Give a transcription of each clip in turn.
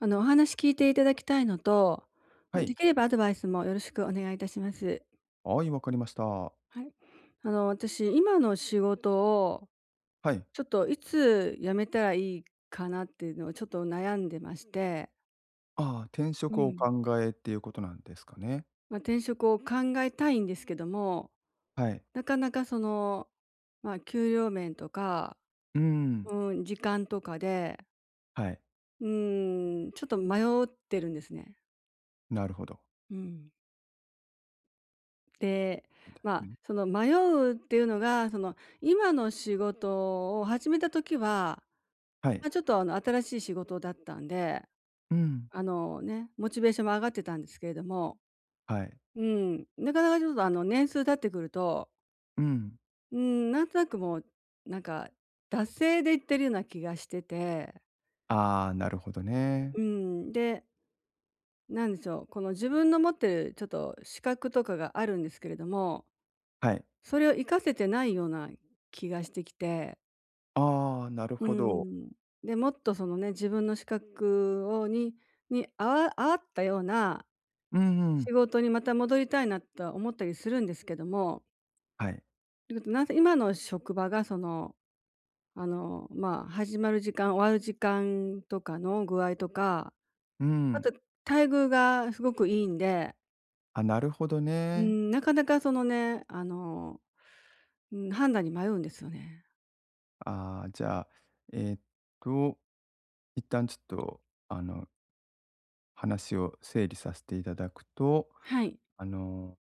お話聞いていただきたいのと、はでい。きればアドバイスもよろしくお願いいたします。はい、わかりました。はい。私、今の仕事を、はい。ちょっといつ辞めたらいいかなっていうのをちょっと悩んでまして。ああ、転う職をお考ん。えっていうことなんですかね。まあ、転職を考えたいんですけども、はい。なかなかその、まあ、給料面とか、うーん、うん、時間とかで、はい。うん、ちょっと迷ってるんですね。なるほど。うん。で、なんですまあ、ね。その迷うっていうのが、その今の仕事を始めた時は、はい。まあ、ちょっと新しい仕事だったんで、うん、モチベーションも上がってたんですけれども、はい。うん、なかなかちょっと年数経ってくると、うん。うん、なんとなくもうなんか惰性でいってるような気がしてて、ああ、なるほどね。うん、で、なんでしょう、この自分の持ってるちょっと資格とかがあるんですけれども、はい。それを活かせてないような気がしてきてああ、なるうほど。ん。で、もっとそのね、自分の資格に、合ったようなうんう仕ん。事にまた戻りたいなとは思ったりするんですけども、はい。なぜ今の職場がその、まあ、始まる時間、終わる時間とかの具合とか、うあん。と待遇がすごくいいんで、あ、なるほどうね。ん、なかなかそのね、うん、判断に迷うんですよね。ああ、じゃあ、えっと、一旦ちょっと、あの、話を整理させていただくと、はい。あの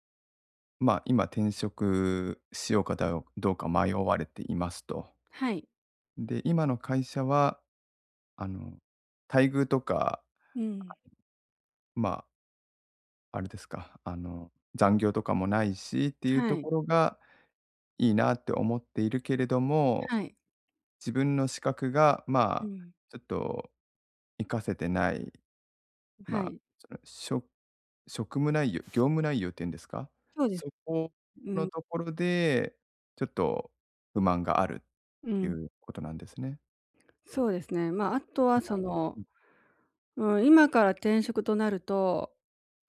まあ、今転職しようかだどうか迷われていますと。はい。で、今の会社は、あの、待遇とか、うん。まあ、あれですか、残業とかもないしっていうはとい。ころがいいなって思っているけれども、はい。自分の資格が、うまあ、ん。ちょっと活かせてない、はまあ、い。そのしょ職務内容業務内容っていうんですか？そうです。そこうのん。ところで、ちょっと不満があるうっていん、うことなんですね。そうですね。まあ、あとはなそるの、ほどうん、今から転職となると、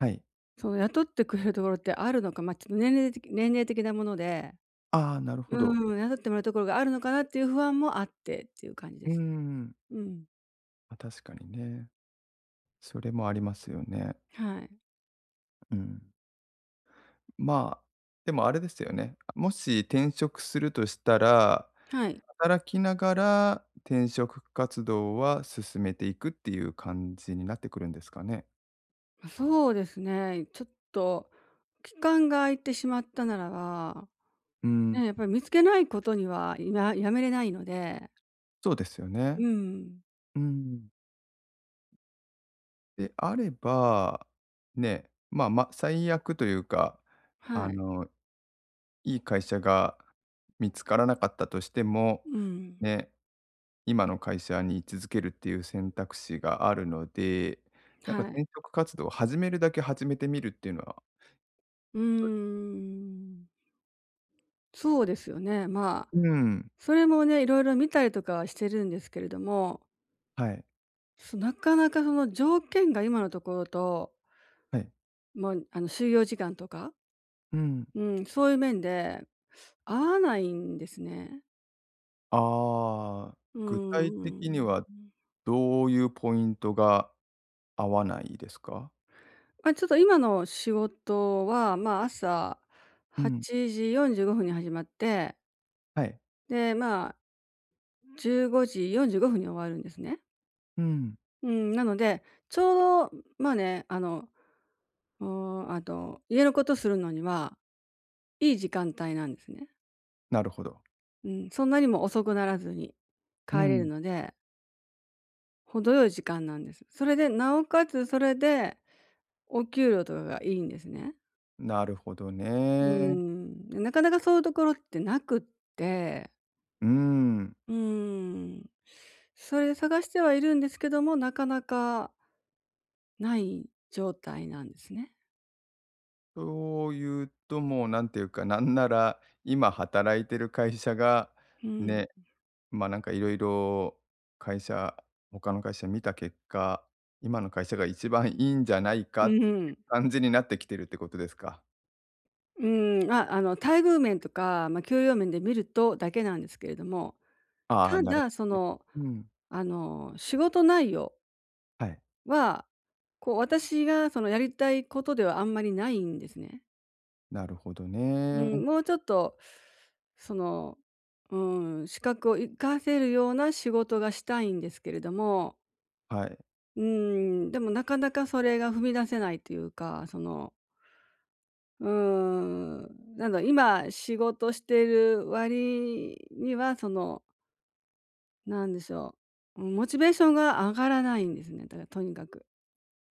はい。その雇ってくれるところってあるのか、まあ、ちょっと年齢的なもので、ああ、なるほうど。ん、雇ってもらうところがあるのかなっていう不安もあってっていう感じうでーすね。ん。うん。まあ、確かにね。それもありますよね。はい。うん。まあ、でもあれですよね。もし転職するとしたら、はい。働きながら転職活動は進めていくっていう感じになってくるんですかね？ま、そうですね。ちょっと期間が空いてしまったならば、うん、ねやっぱり見つけないことには、今ややめれないので、そうですよね。うん、うん。であれば、ね、まあ、ま、最悪というか、あはい。の、いい会社が見つからなかったとしても、うん、ね、今の会社に居続けるっていう選択肢があるので、なんかは転い。職活動を始めるだけ始めてみるっていうのは、うーどん。そうですよね。まあ、ん、それもね、いろいろ見たりとかはしてるんですけれども、はい、そ、なかなかその条件が今のところと、はい。まあ、就業時間とか、うん。うん、そういう面で合わないんですね。ああ、うー具体的にん。はどういうポイントが合わないですか？まあ、ちょっと今の仕事は、まあ、朝うん、8時45分に始まって、はい。で、まあ、15時45分に終わるんですね。うん、うん、なので、ちょうど、まあね、うーあと、家のことするのには、いい時間帯なんですね。なるほど。うん、そんなにも遅くならずにう帰れるん。ので、程よい時間なんです。それで、なおかつそれで、お給料とかがいいんですね。なるほどうーね。ん、でなかなかそういうところってなくって、うん。うーん、それで探してはいるんですけども、なかなかない状態なんですね。そういうと、もうなんていうか、なんなら、今働いてる会社が、うん。ね、ま、なんかいろいろ会社他の会社見た結果、今の会社が一番いいんじゃないうかっんてうん。感じになってきてるってことですか？うん、あ、待遇面とか、まあ、給料面で見るとだけなんですけれども、ああ、たなるほだ、そどね。の、うん。仕事内容はい。は、こう、私が、その、やりたいことではあんまりないんですね。なるほどうね。ん、もうちょっと、その、うん、資格を生かせるような仕事がしたいんですけれども、はい。うん、でもなかなかそれが踏み出せないというか、そのうーん、なんだろう、今仕事してる割には、その、なんでしょう、モチベーションが上がらないんですね、だからとにかく。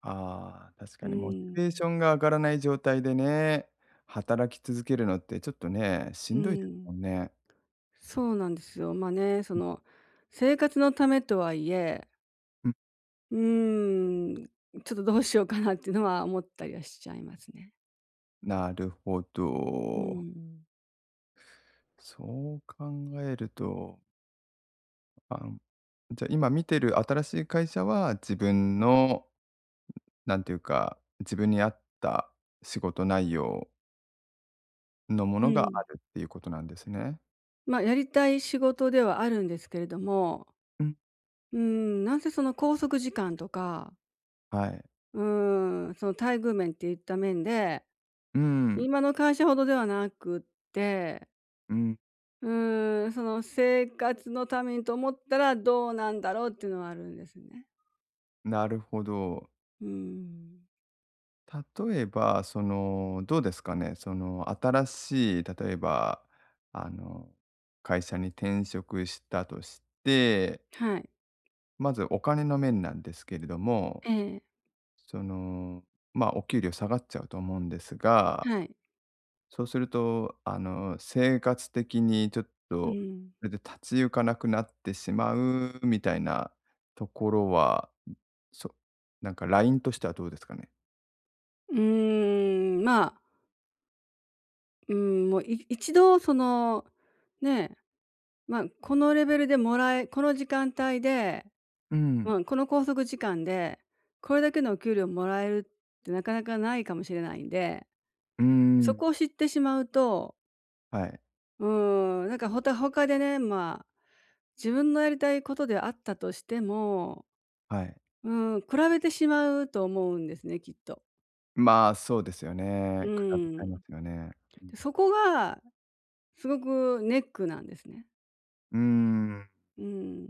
ああ、確うかにモチベーん、ションが上がらない状態でね、働き続けるのってちょっとね、しうんどいですもん、んね。そうなんですよ。まあね、その、生活のためとはいえ、うん、うーん、ちょっとどうしようかなっていうのは思ったりはしちゃいますね。なるほうど。ん、そう考えると、あん、じゃ、今見てる新しい会社は、自分の、なんていうか、自分に合った仕事内容のもうのがあん。るっていうことなんですね。まあ、やりたい仕事ではあるんですけれども、うん、うん、なんせその拘束時間とかはい。うーん、その待遇面っていった面で、うん、今の会社ほどではなくって、うん、うーん、その生活のためにと思ったらどうなんだろうっていうのはあるんですね。なるほど。うーん。例えば、その、どうですかね、その、新しい、例えば、あの、会社に転職したとしてはい。まずお金の面なんですけれども、ええ、その、まあ、お給料下がっちゃうと思うんですが、はい。そうすると、生活的にちょっうと、ん。それで立ち行かなくなってしまうみたいなところは、そなんかラインとしてはどうですかね？うーん、まあ、うーん、もう、一度その、ね、まあ、このレベルでもらえこの時間帯で、うん、うん、この拘束時間で、これだけのお給料もらえるってなかなかないかもしれないんでうーそん。こを知ってしまうと、はい、うーん、なんか他でね、まあ、自分のやりたいことであったとしても、はい。うん、比べてしまうと思うんですね、きっと。まあ、そうですようね。比べちゃん。いますよね。うで、ん。そこがすごくネックなんですね。うーん。うん。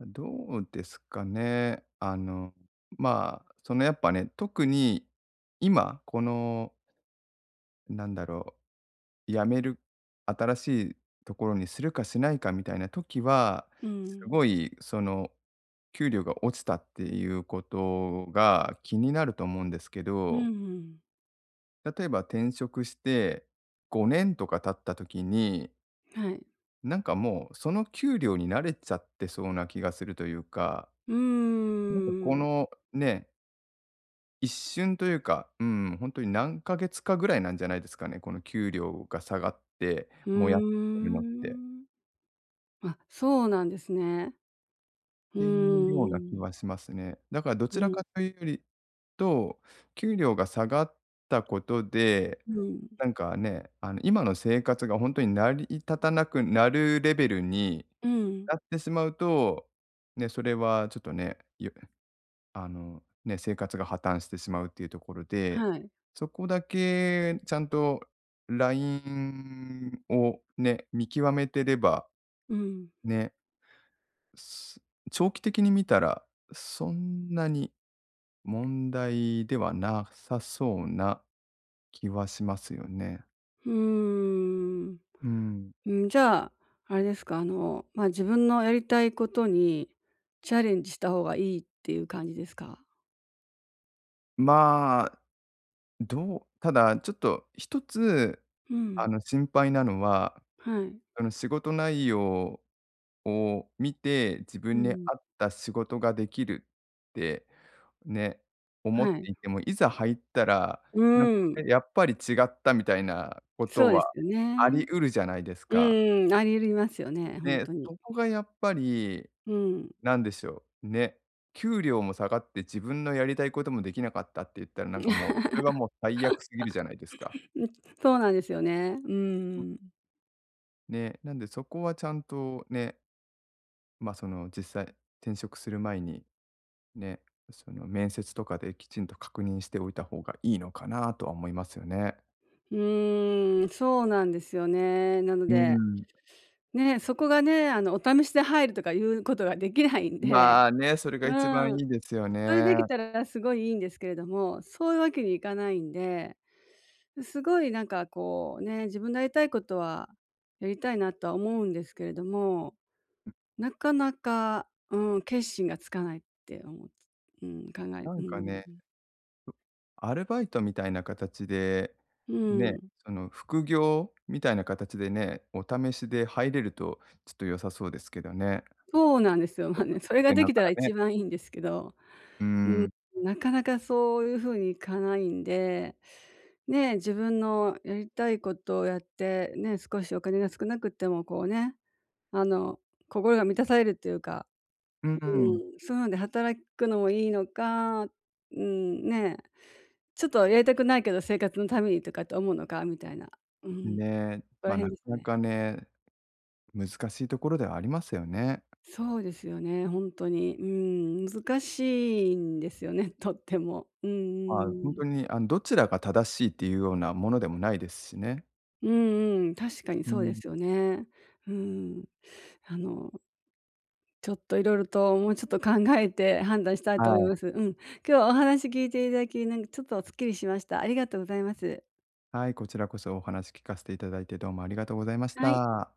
どうですかね。まあ、そのやっぱね、特に今、この、なんだろう、辞める、新しいところにするかしないかみたいな時は、うすん。ごい、その、給料が落ちたっていうことが気になると思うんですけうんど、うん。例えば転職して5年とか経った時に、はい。なんかもうその給料に慣れちゃってそうな気がするというか、うーなんかこん。のね、一瞬というか、うん、本当に何ヶ月かぐらいなんじゃないですかね、この給料が下がって、うもやっーてるのって。ん。あ、そうなんですね。っうーていうような気ん。はしますね。だからどうちらん、かというよりと、給料が下がったことで、うん。なんかね、今の生活が本当に成り立たなくなるレベルにうん。なってしまうと、ね、それはちょっとね、あの、ね、生活が破綻してしまうっていうところで、はい。そこだけちゃんとラインをね、見極めてれば、うん。ね、す長期的に見たら、そんなに問題ではなさそうな気はしますよね。うーん。うん。うん、じゃあ、あれですか、ま、あ自分のやりたいことにチャレンジした方がいいっていう感じですか？まあ、ただちょっと一つ、うん、心配なのは、はい。仕事内容を見て、自う分に合ん、った仕事ができるってね、思っはい。ていても、いざ入ったら、うなんかん、ね、やっぱり違ったみたいなこそとうですはよありね。得るじゃないですか。うん、ありますよね、ほんね、とに。そこがやっぱり、うん、なんでしょう、ね、給料も下がって自分のやりたいこともできなかったって言ったら、なんかもう、それはもう最悪すぎるじゃないですか。そうなんですよね。ううん。ん。ね、なんでそこはちゃんとね、ま、その実際転職する前にね、その面接とかできちんと確認しておいた方がいいのかなとは思いますよね。うーん、そうなんですよね。なのうで、ん。ね、そこがね、お試しで入るとかいうことができないんで、まあね、それがう一番いん。いですよそれね。できたらすごいいいんですけれども、そういうわけにいかないんで、すごいなんかこうね、自分のやりたいことはやりたいなとは思うんですけれども、なかなか、うん、決心がつかないって思う。うん、考えなうんかん。ね、アルバイトみたいな形で、うね、ん。その副業みたいな形でね、お試しで入れるとちょっと良さそうですけどね。そうなんですよ。こまあとね、それ続がけでながきたららね。一番いいんですけど、うん。なかなかそういうふうにいかないんで、ね、自分のやりたいことをやって、ね、少しお金が少なくってもこうねあの、心が満たされるっていうか、うん。うん、そういうので働くのもいいのか、うん、ね、ちょっとやりたくないけど生活のためにとかって思うのかみたいな、うん、そね、こらま、な辺かですなね。かね、難しいところではありますよね。そうですよね、本当に。うん、難しいんですよね、とっても。うんまうあ、んほんうん。とに、どちらが正しいっていうようなものでもないですしね。うんうん、確かにうそうでん。すよね。うん。あのちょっといろいろと、もうちょっと考えて判断したいとは思いい。ます。うん。今日はお話聞いていただき、なんかちょっとすっきりしました。ありがとうございます。はい、こちらこそお話聞かせていただいてどうもありがとうございましはい。た。